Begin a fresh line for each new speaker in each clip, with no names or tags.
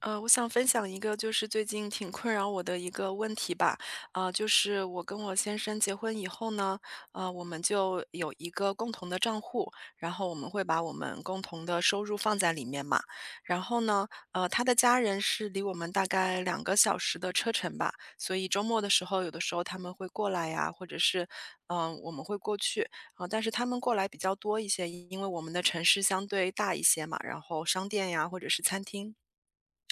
我想分享一个就是最近挺困扰我的一个问题吧，就是我跟我先生结婚以后呢，我们就有一个共同的账户，然后我们会把我们共同的收入放在里面嘛。然后呢，他的家人是离我们大概2个小时的车程吧，所以周末的时候，有的时候他们会过来呀，或者是，我们会过去。啊，但是他们过来比较多一些，因为我们的城市相对大一些嘛，然后商店呀或者是餐厅。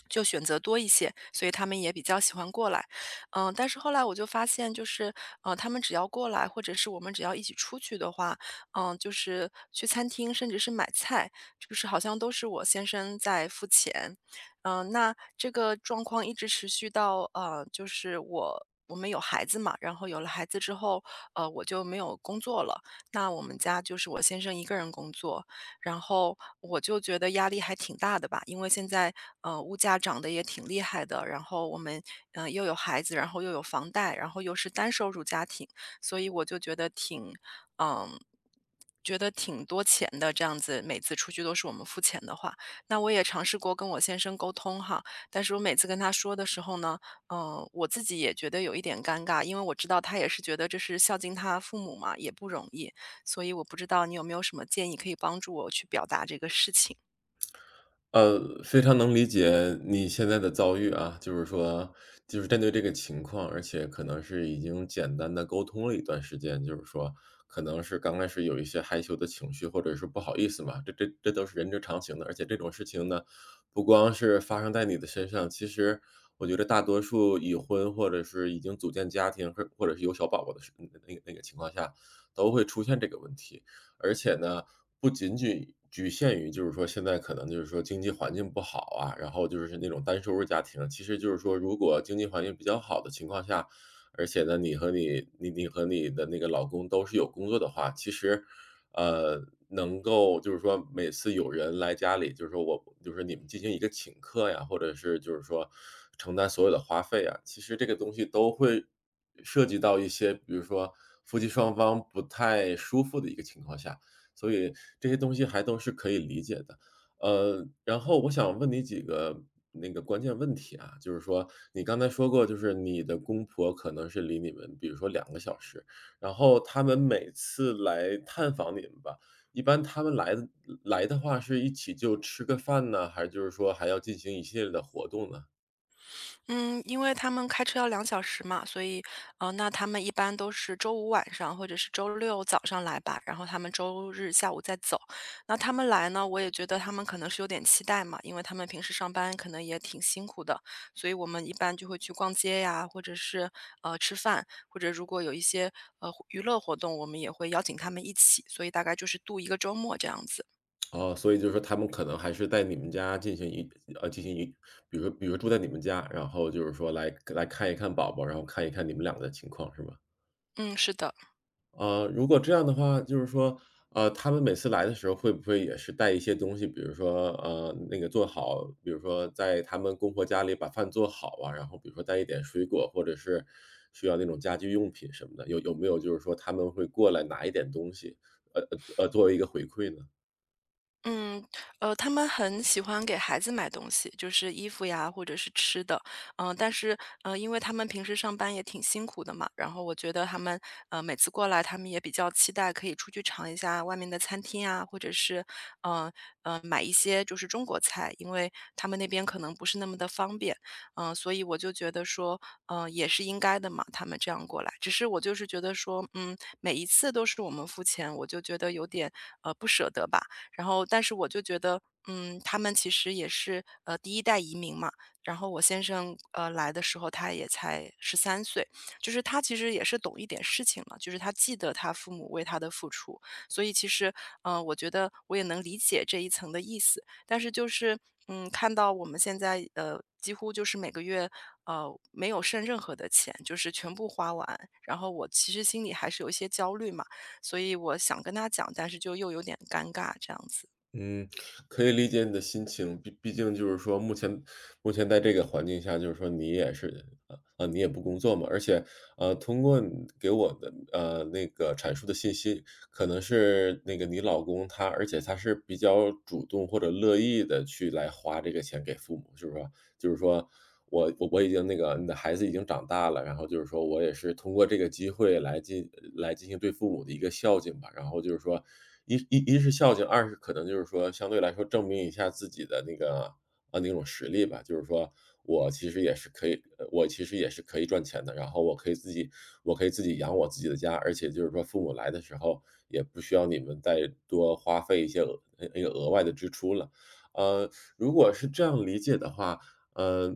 就选择多一些，所以他们也比较喜欢过来，嗯，但是后来我就发现，就是，他们只要过来，或者是我们只要一起出去的话，嗯，就是去餐厅，甚至是买菜，就是好像都是我先生在付钱。嗯，那这个状况一直持续到，就是我们有孩子嘛，然后有了孩子之后，我就没有工作了，那我们家就是我先生一个人工作，然后我就觉得压力还挺大的吧，因为现在物价涨得也挺厉害的，然后我们又有孩子，然后又有房贷，然后又是单收入家庭，所以我就觉得挺嗯。觉得挺多钱的，这样子每次出去都是我们付钱的话，那我也尝试过跟我先生沟通哈，但是我每次跟他说的时候呢，我自己也觉得有一点尴尬，因为我知道他也是觉得这是孝敬他父母嘛，也不容易，所以我不知道你有没有什么建议可以帮助我去表达这个事情。
非常能理解你现在的遭遇啊，就是说，就是针对这个情况，而且可能是已经简单的沟通了一段时间，就是说，可能是刚开始有一些害羞的情绪，或者是不好意思嘛，这都是人之常情的。而且这种事情呢，不光是发生在你的身上，其实我觉得大多数已婚或者是已经组建家庭，或者是有小宝宝的那个情况下，都会出现这个问题。而且呢，不仅仅局限于就是说现在可能就是说经济环境不好啊，然后就是那种单收入家庭，其实就是说如果经济环境比较好的情况下，而且呢，你和你的那个老公都是有工作的话，其实呃，能够就是说每次有人来家里，就是说我就是你们进行一个请客呀，或者是就是说承担所有的花费啊，其实这个东西都会涉及到一些，比如说夫妻双方不太舒服的一个情况下，所以这些东西还都是可以理解的。然后我想问你几个那个关键问题啊，就是说你刚才说过，就是你的公婆可能是离你们比如说两个小时，然后他们每次来探访你们吧，一般他们来的话是一起就吃个饭呢，还是就是说还要进行一系列的活动呢？
嗯，因为他们开车要2小时嘛，所以，那他们一般都是周五晚上或者是周六早上来吧，然后他们周日下午再走。那他们来呢，我也觉得他们可能是有点期待嘛，因为他们平时上班可能也挺辛苦的，所以我们一般就会去逛街呀，或者是，吃饭，或者如果有一些，娱乐活动，我们也会邀请他们一起，所以大概就是度一个周末这样子。
哦，所以就是说他们可能还是在你们家进行一呃，进行一比如说住在你们家，然后就是说来看一看宝宝，然后看一看你们两个的情况，是吗？
嗯，是的。
如果这样的话，就是说，他们每次来的时候会不会也是带一些东西，比如说，那个做好，比如说在他们公婆家里把饭做好啊，然后比如说带一点水果，或者是需要那种家居用品什么的，有没有就是说他们会过来拿一点东西，作为一个回馈呢？
嗯，他们很喜欢给孩子买东西，就是衣服呀，或者是吃的。但是，因为他们平时上班也挺辛苦的嘛，然后我觉得他们，每次过来，他们也比较期待可以出去尝一下外面的餐厅啊，或者是，嗯、买一些就是中国菜，因为他们那边可能不是那么的方便。所以我就觉得说，也是应该的嘛，他们这样过来。只是我就是觉得说，嗯，每一次都是我们付钱，我就觉得有点，不舍得吧。然后但是我就觉得，嗯，他们其实也是，第一代移民嘛，然后我先生，来的时候他也才13岁，就是他其实也是懂一点事情了，就是他记得他父母为他的付出，所以其实，嗯，我觉得我也能理解这一层的意思。但是就是，嗯，看到我们现在，几乎就是每个月，呃，没有剩任何的钱，就是全部花完，然后我其实心里还是有一些焦虑嘛。所以我想跟他讲，但是就又有点尴尬这样子。
嗯，可以理解你的心情，毕竟就是说，目前在这个环境下，就是说你也是，你也不工作嘛，而且，通过你给我的，那个阐述的信息，可能是那个你老公他，而且他是比较主动或者乐意的去来花这个钱给父母，是不是？就是说我已经你的孩子已经长大了，然后就是说我也是通过这个机会来进行对父母的一个孝敬吧。然后就是说一是孝敬，二是可能就是说相对来说证明一下自己的那种实力吧，就是说我其实也是可以赚钱的，然后我可以自己养我自己的家，而且就是说父母来的时候也不需要你们再多花费一些额外的支出了。呃，如果是这样理解的话，呃，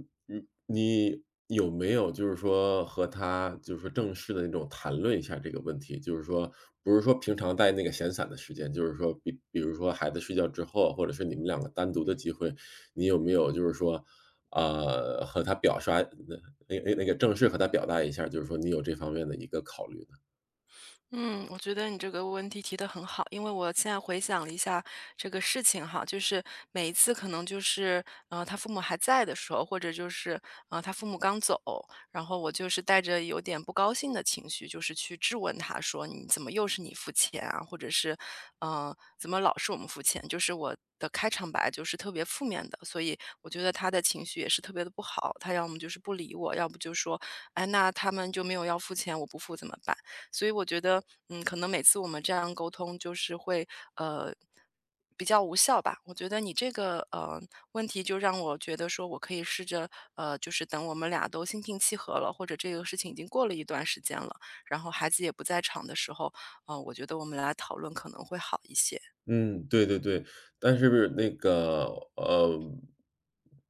你你有没有就是说和他就是说正式的那种谈论一下这个问题？就是说，不是说平常在那个闲散的时间，就是说比如说孩子睡觉之后，或者是你们两个单独的机会，你有没有就是说，呃，和他表刷那那那个正式和他表达一下，就是说你有这方面的一个考虑呢？
嗯，我觉得你这个问题提的很好，因为我现在回想了一下这个事情哈，就是每一次可能就是，他父母还在的时候，或者就是，他父母刚走，然后我就是带着有点不高兴的情绪，就是去质问他说：“你怎么又是你付钱啊？”或者是，嗯，怎么老是我们付钱？就是我的开场白就是特别负面的，所以我觉得他的情绪也是特别的不好。他要么就是不理我，要不就说：“哎，那他们就没有要付钱，我不付怎么办？”所以我觉得，嗯，可能每次我们这样沟通就是会，呃，比较无效吧。我觉得你这个问题就让我觉得说我可以试着，就是等我们俩都心平气和了，或者这个事情已经过了一段时间了，然后孩子也不在场的时候，我觉得我们来讨论可能会好一些。
嗯，对对对，但是呃，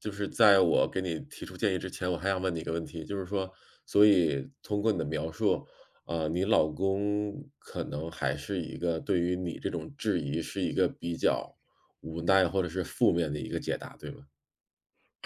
就是在我给你提出建议之前，我还想问你一个问题，就是说，所以通过你的描述，你老公可能还是一个对于你这种质疑是一个比较无奈或者是负面的一个解答，对吗？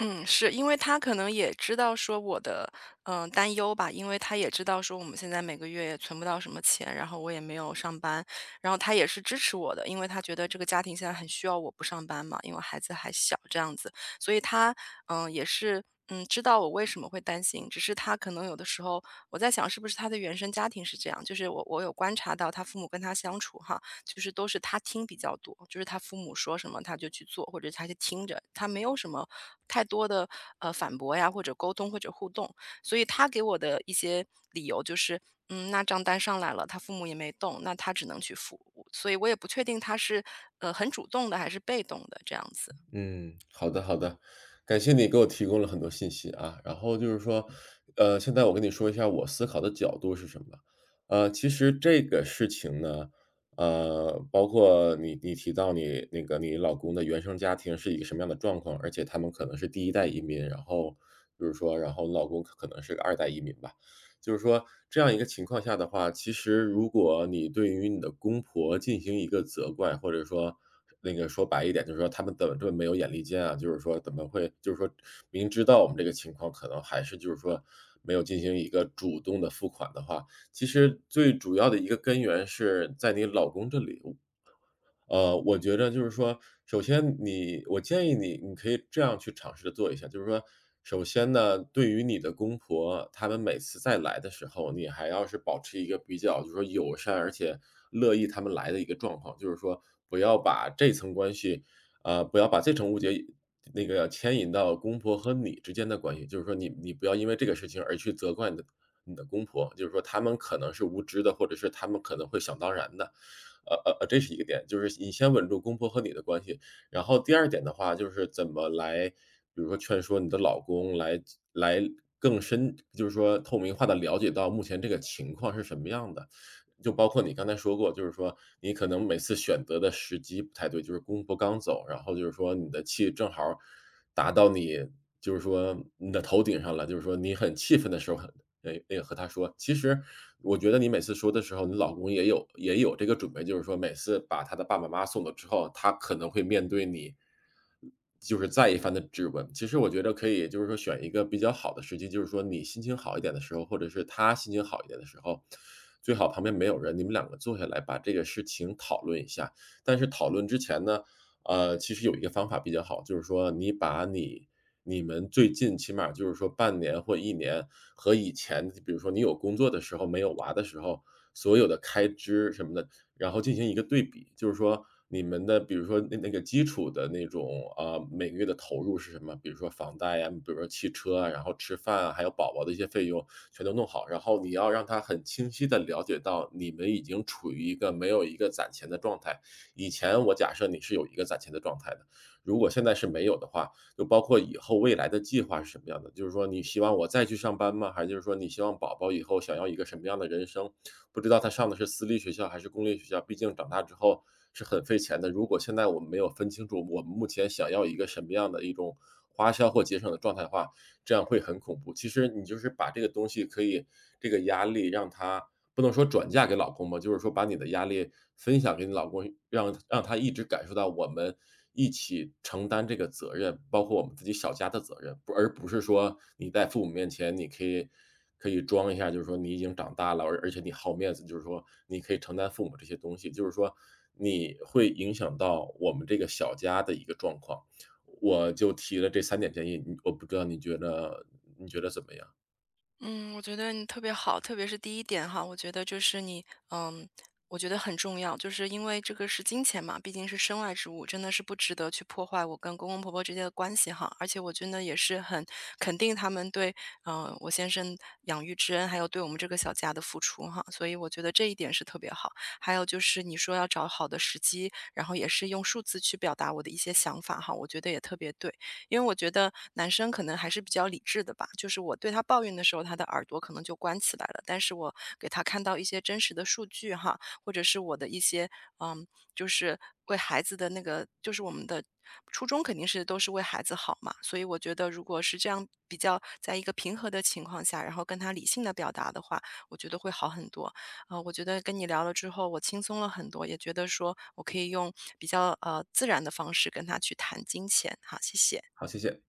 嗯，是，因为他可能也知道说我的，担忧吧，因为他也知道说我们现在每个月也存不到什么钱，然后我也没有上班，然后他也是支持我的，因为他觉得这个家庭现在很需要我不上班嘛，因为孩子还小这样子，所以他，也是。嗯，知道我为什么会担心，只是他可能有的时候，我在想是不是他的原生家庭是这样，就是我有观察到他父母跟他相处哈，就是都是他听比较多，就是他父母说什么他就去做，或者他就听着，他没有什么太多的反驳呀，或者沟通或者互动。所以他给我的一些理由就是，嗯，那账单上来了，他父母也没动，那他只能去付，所以我也不确定他是很主动的还是被动的这样子。
嗯，好的好的，感谢你给我提供了很多信息啊。然后就是说，现在我跟你说一下我思考的角度是什么。其实这个事情呢，包括你提到你那个你老公的原生家庭是一个什么样的状况，而且他们可能是第一代移民，然后就是说，然后老公可能是个二代移民吧。就是说这样一个情况下的话，其实如果你对于你的公婆进行一个责怪，或者说那个说白一点，就是说他们怎么这么没有眼力见啊？就是说怎么会，就是说明知道我们这个情况，可能还是就是说没有进行一个主动的付款的话，其实最主要的一个根源是在你老公这里。我觉着就是说，首先你我建议你，你可以这样去尝试着做一下，就是说，首先呢，对于你的公婆，他们每次再来的时候，你还要是保持一个比较，就是说友善而且乐意他们来的一个状况，就是说不要把这层关系，不要把这层误解那个牵引到公婆和你之间的关系，就是说你不要因为这个事情而去责怪你的公婆，就是说他们可能是无知的，或者是他们可能会想当然的，这是一个点，就是你先稳住公婆和你的关系。然后第二点的话，就是怎么来，比如说劝说你的老公来更深，就是说透明化的了解到目前这个情况是什么样的。就包括你刚才说过，就是说你可能每次选择的时机不太对，就是公婆刚走，然后就是说你的气正好达到你，就是说你的头顶上了，就是说你很气愤的时候，和他说，其实我觉得你每次说的时候，你老公也有这个准备，就是说每次把他的爸爸妈妈送走之后，他可能会面对你，就是再一番的质问。其实我觉得可以，就是说选一个比较好的时机，就是说你心情好一点的时候，或者是他心情好一点的时候，最好旁边没有人，你们两个坐下来把这个事情讨论一下。但是讨论之前呢，其实有一个方法比较好，就是说你把你你们最近起码就是说半年或一年和以前，比如说你有工作的时候，没有娃的时候，所有的开支什么的，然后进行一个对比。就是说你们的比如说那个基础的那种啊，每个月的投入是什么，比如说房贷呀，比如说汽车啊，然后吃饭啊，还有宝宝的一些费用全都弄好。然后你要让他很清晰的了解到你们已经处于一个没有一个攒钱的状态，以前我假设你是有一个攒钱的状态的，如果现在是没有的话，就包括以后未来的计划是什么样的？就是说你希望我再去上班吗？还是就是说你希望宝宝以后想要一个什么样的人生？不知道他上的是私立学校还是公立学校，毕竟长大之后是很费钱的。如果现在我们没有分清楚我们目前想要一个什么样的一种花销或节省的状态的话，这样会很恐怖。其实你就是把这个东西可以这个压力让他不能说转嫁给老公吧，就是说把你的压力分享给你老公，让他一直感受到我们一起承担这个责任，包括我们自己小家的责任，不是说你在父母面前你可以装一下，就是说你已经长大了，而且你好面子，就是说你可以承担父母这些东西，就是说你会影响到我们这个小家的一个状况。我就提了这三点建议，我不知道你觉得怎么样？
嗯，我觉得你特别好，特别是第一点哈，我觉得就是你，嗯，我觉得很重要，就是因为这个是金钱嘛，毕竟是身外之物，真的是不值得去破坏我跟公公婆婆之间的关系哈。而且我真的也是很肯定他们对，嗯，我先生养育之恩，还有对我们这个小家的付出哈，所以我觉得这一点是特别好。还有就是你说要找好的时机，然后也是用数字去表达我的一些想法哈，我觉得也特别对。因为我觉得男生可能还是比较理智的吧，就是我对他抱怨的时候，他的耳朵可能就关起来了，但是我给他看到一些真实的数据哈，或者是我的一些，嗯，就是为孩子的那个，就是我们的初衷肯定是都是为孩子好嘛，所以我觉得如果是这样比较在一个平和的情况下，然后跟他理性的表达的话，我觉得会好很多。我觉得跟你聊了之后，我轻松了很多，也觉得说我可以用比较自然的方式跟他去谈金钱。好，谢谢。
好，谢谢。